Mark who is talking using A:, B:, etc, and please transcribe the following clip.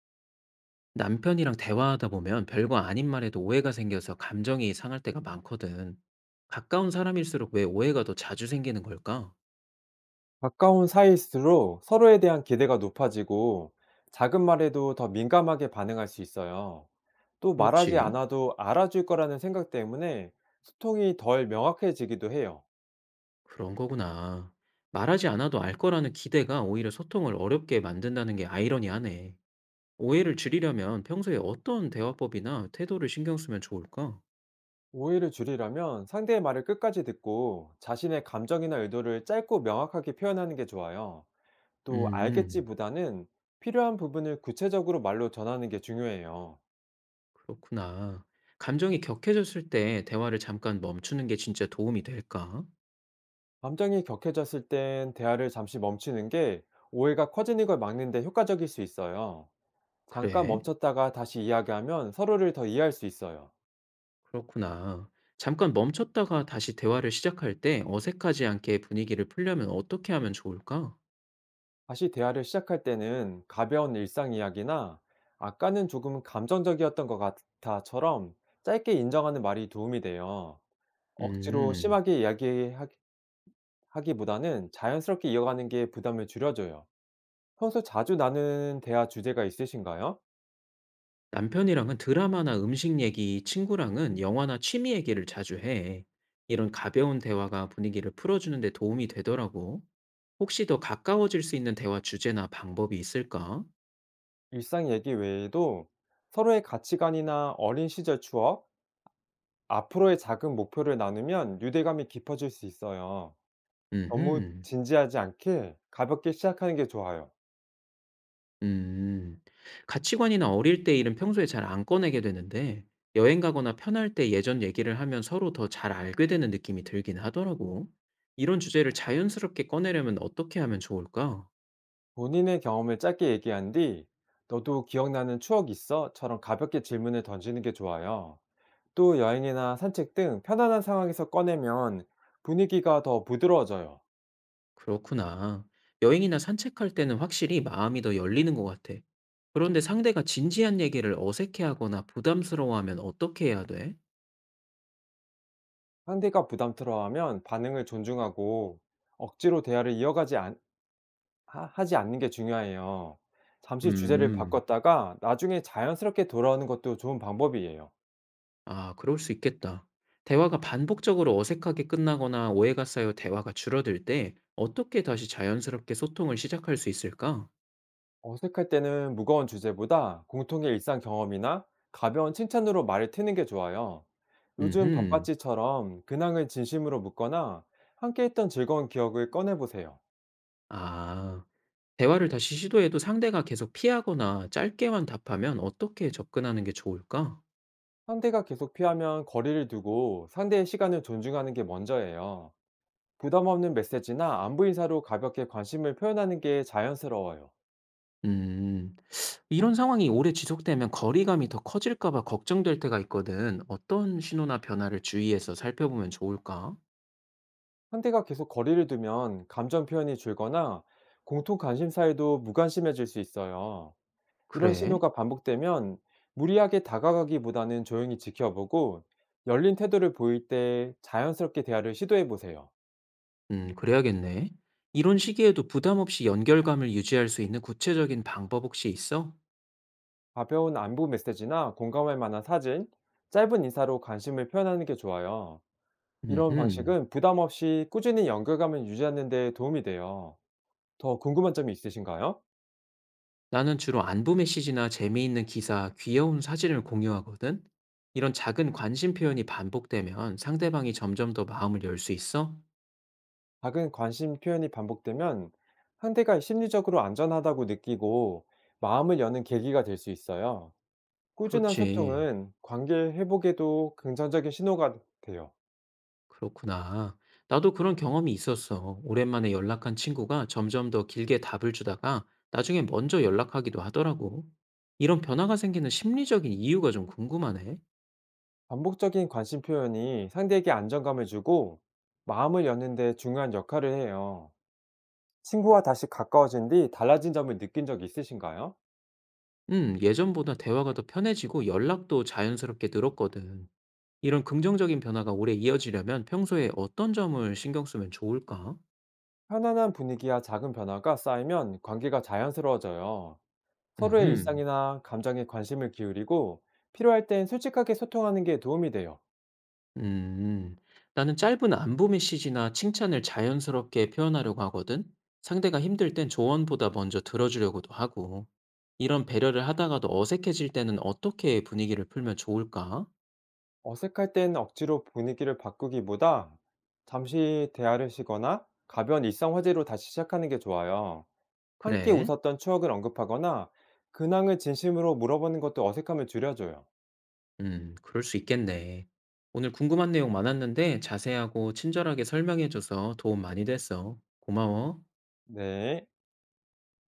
A: 남편이랑 대화하다 보면 별거 아닌 말에도 오해가 생겨서 감정이 상할 때가 많거든. 가까운 사람일수록 왜 오해가 더 자주 생기는 걸까?
B: 가까운 사이일수록 서로에 대한 기대가 높아지고 작은 말에도 더 민감하게 반응할 수 있어요. 또 말하지
A: 그렇지.
B: 않아도 알아줄 거라는 생각 때문에 소통이 덜 명확해지기도 해요.
A: 그런 거구나. 말하지 않아도 알 거라는 기대가 오히려 소통을 어렵게 만든다는 게 아이러니하네. 오해를 줄이려면 평소에 어떤 대화법이나 태도를 신경 쓰면 좋을까?
B: 오해를 줄이려면 상대의 말을 끝까지 듣고 자신의 감정이나 의도를 짧고 명확하게 표현하는 게 좋아요. 또
A: 음,
B: 알겠지보다는 필요한 부분을 구체적으로 말로 전하는 게 중요해요.
A: 그렇구나. 감정이 격해졌을 때 대화를 잠깐 멈추는 게 진짜 도움이 될까?
B: 감정이 격해졌을 땐 대화를 잠시 멈추는 게 오해가 커지는 걸 막는 데 효과적일 수 있어요. 잠깐
A: 그래.
B: 멈췄다가 다시 이야기하면 서로를 더 이해할 수 있어요.
A: 그렇구나. 잠깐 멈췄다가 다시 대화를 시작할 때 어색하지 않게 분위기를 풀려면 어떻게 하면 좋을까?
B: 다시 대화를 시작할 때는 가벼운 일상 이야기나 아까는 조금 감정적이었던 것 같아처럼 짧게 인정하는 말이 도움이 돼요. 억지로
A: 음,
B: 심하게 이야기하기보다는 자연스럽게 이어가는 게 부담을 줄여줘요. 평소 자주 나누는 대화 주제가 있으신가요?
A: 남편이랑은 드라마나 음식 얘기, 친구랑은 영화나 취미 얘기를 자주 해. 이런 가벼운 대화가 분위기를 풀어주는 데 도움이 되더라고. 혹시 더 가까워질 수 있는 대화 주제나 방법이 있을까?
B: 일상 얘기 외에도 서로의 가치관이나 어린 시절 추억, 앞으로의 작은 목표를 나누면 유대감이 깊어질 수 있어요. 너무
A: 음흠.
B: 진지하지 않게 가볍게 시작하는 게 좋아요.
A: 음. 가치관이나 어릴 때 일은 평소에 잘 안 꺼내게 되는데 여행 가거나 편할 때 예전 얘기를 하면 서로 더 잘 알게 되는 느낌이 들긴 하더라고. 이런 주제를 자연스럽게 꺼내려면 어떻게 하면 좋을까?
B: 본인의 경험을 짧게 얘기한 뒤, 너도 기억나는 추억 있어?처럼 가볍게 질문을 던지는 게 좋아요. 또 여행이나 산책 등 편안한 상황에서 꺼내면 분위기가 더 부드러워져요.
A: 그렇구나. 여행이나 산책할 때는 확실히 마음이 더 열리는 것 같아. 그런데 상대가 진지한 얘기를 어색해하거나 부담스러워하면 어떻게 해야 돼?
B: 상대가 부담스러워하면 반응을 존중하고 억지로 대화를 이어가지 않, 하 하지 않는 게 중요해요. 잠시 주제를
A: 음.
B: 바꿨다가 나중에 자연스럽게 돌아오는 것도 좋은 방법이에요.
A: 아 그럴 수 있겠다. 대화가 반복적으로 어색하게 끝나거나 오해가 쌓여 대화가 줄어들 때 어떻게 다시 자연스럽게 소통을 시작할 수 있을까?
B: 어색할 때는 무거운 주제보다 공통의 일상 경험이나 가벼운 칭찬으로 말을 트는 게 좋아요. 요즘
A: 음흠.
B: 바빴지처럼 근황을 진심으로 묻거나 함께 했던 즐거운 기억을 꺼내보세요.
A: 아. 대화를 다시 시도해도 상대가 계속 피하거나 짧게만 답하면 어떻게 접근하는 게 좋을까?
B: 상대가 계속 피하면 거리를 두고 상대의 시간을 존중하는 게 먼저예요. 부담 없는 메시지나 안부 인사로 가볍게 관심을 표현하는 게 자연스러워요.
A: 음. 이런 상황이 오래 지속되면 거리감이 더 커질까 봐 걱정될 때가 있거든. 어떤 신호나 변화를 주의해서 살펴보면 좋을까?
B: 상대가 계속 거리를 두면 감정 표현이 줄거나 공통 관심사에도 무관심해질 수 있어요. 이런
A: 그래?
B: 신호가 반복되면 무리하게 다가가기보다는 조용히 지켜보고 열린 태도를 보일 때 자연스럽게 대화를 시도해 보세요.
A: 그래야겠네. 이런 시기에도 부담 없이 연결감을 유지할 수 있는 구체적인 방법 혹시 있어?
B: 가벼운 안부 메시지나 공감할 만한 사진, 짧은 인사로 관심을 표현하는 게 좋아요. 이런
A: 음,
B: 방식은 부담 없이 꾸준히 연결감을 유지하는 데 도움이 돼요. 더 궁금한 점이 있으신가요?
A: 나는 주로 안부 메시지나 재미있는 기사, 귀여운 사진을 공유하거든. 이런 작은 관심 표현이 반복되면 상대방이 점점 더 마음을 열 수 있어?
B: 작은 관심 표현이 반복되면 상대가 심리적으로 안전하다고 느끼고 마음을 여는 계기가 될 수 있어요. 꾸준한
A: 그렇지.
B: 소통은 관계 회복에도 긍정적인 신호가 돼요.
A: 그렇구나. 나도 그런 경험이 있었어. 오랜만에 연락한 친구가 점점 더 길게 답을 주다가 나중에 먼저 연락하기도 하더라고. 이런 변화가 생기는 심리적인 이유가 좀 궁금하네.
B: 반복적인 관심 표현이 상대에게 안정감을 주고 마음을 여는데 중요한 역할을 해요. 친구와 다시 가까워진 뒤 달라진 점을 느낀 적 있으신가요?
A: 예전보다 대화가 더 편해지고 연락도 자연스럽게 늘었거든. 이런 긍정적인 변화가 오래 이어지려면 평소에 어떤 점을 신경 쓰면 좋을까?
B: 편안한 분위기와 작은 변화가 쌓이면 관계가 자연스러워져요. 서로의
A: 음,
B: 일상이나 감정에 관심을 기울이고 필요할 땐 솔직하게 소통하는 게 도움이 돼요.
A: 음, 나는 짧은 안부 메시지나 칭찬을 자연스럽게 표현하려고 하거든. 상대가 힘들 땐 조언보다 먼저 들어주려고도 하고. 이런 배려를 하다가도 어색해질 때는 어떻게 분위기를 풀면 좋을까?
B: 어색할 땐 억지로 분위기를 바꾸기보다 잠시 대화를 쉬거나 가벼운 일상 화제로 다시 시작하는 게 좋아요. 함께
A: 그래.
B: 웃었던 추억을 언급하거나 근황을 진심으로 물어보는 것도 어색함을 줄여줘요.
A: 그럴 수 있겠네. 오늘 궁금한 내용 많았는데 자세하고 친절하게 설명해줘서 도움 많이 됐어. 고마워.
B: 네.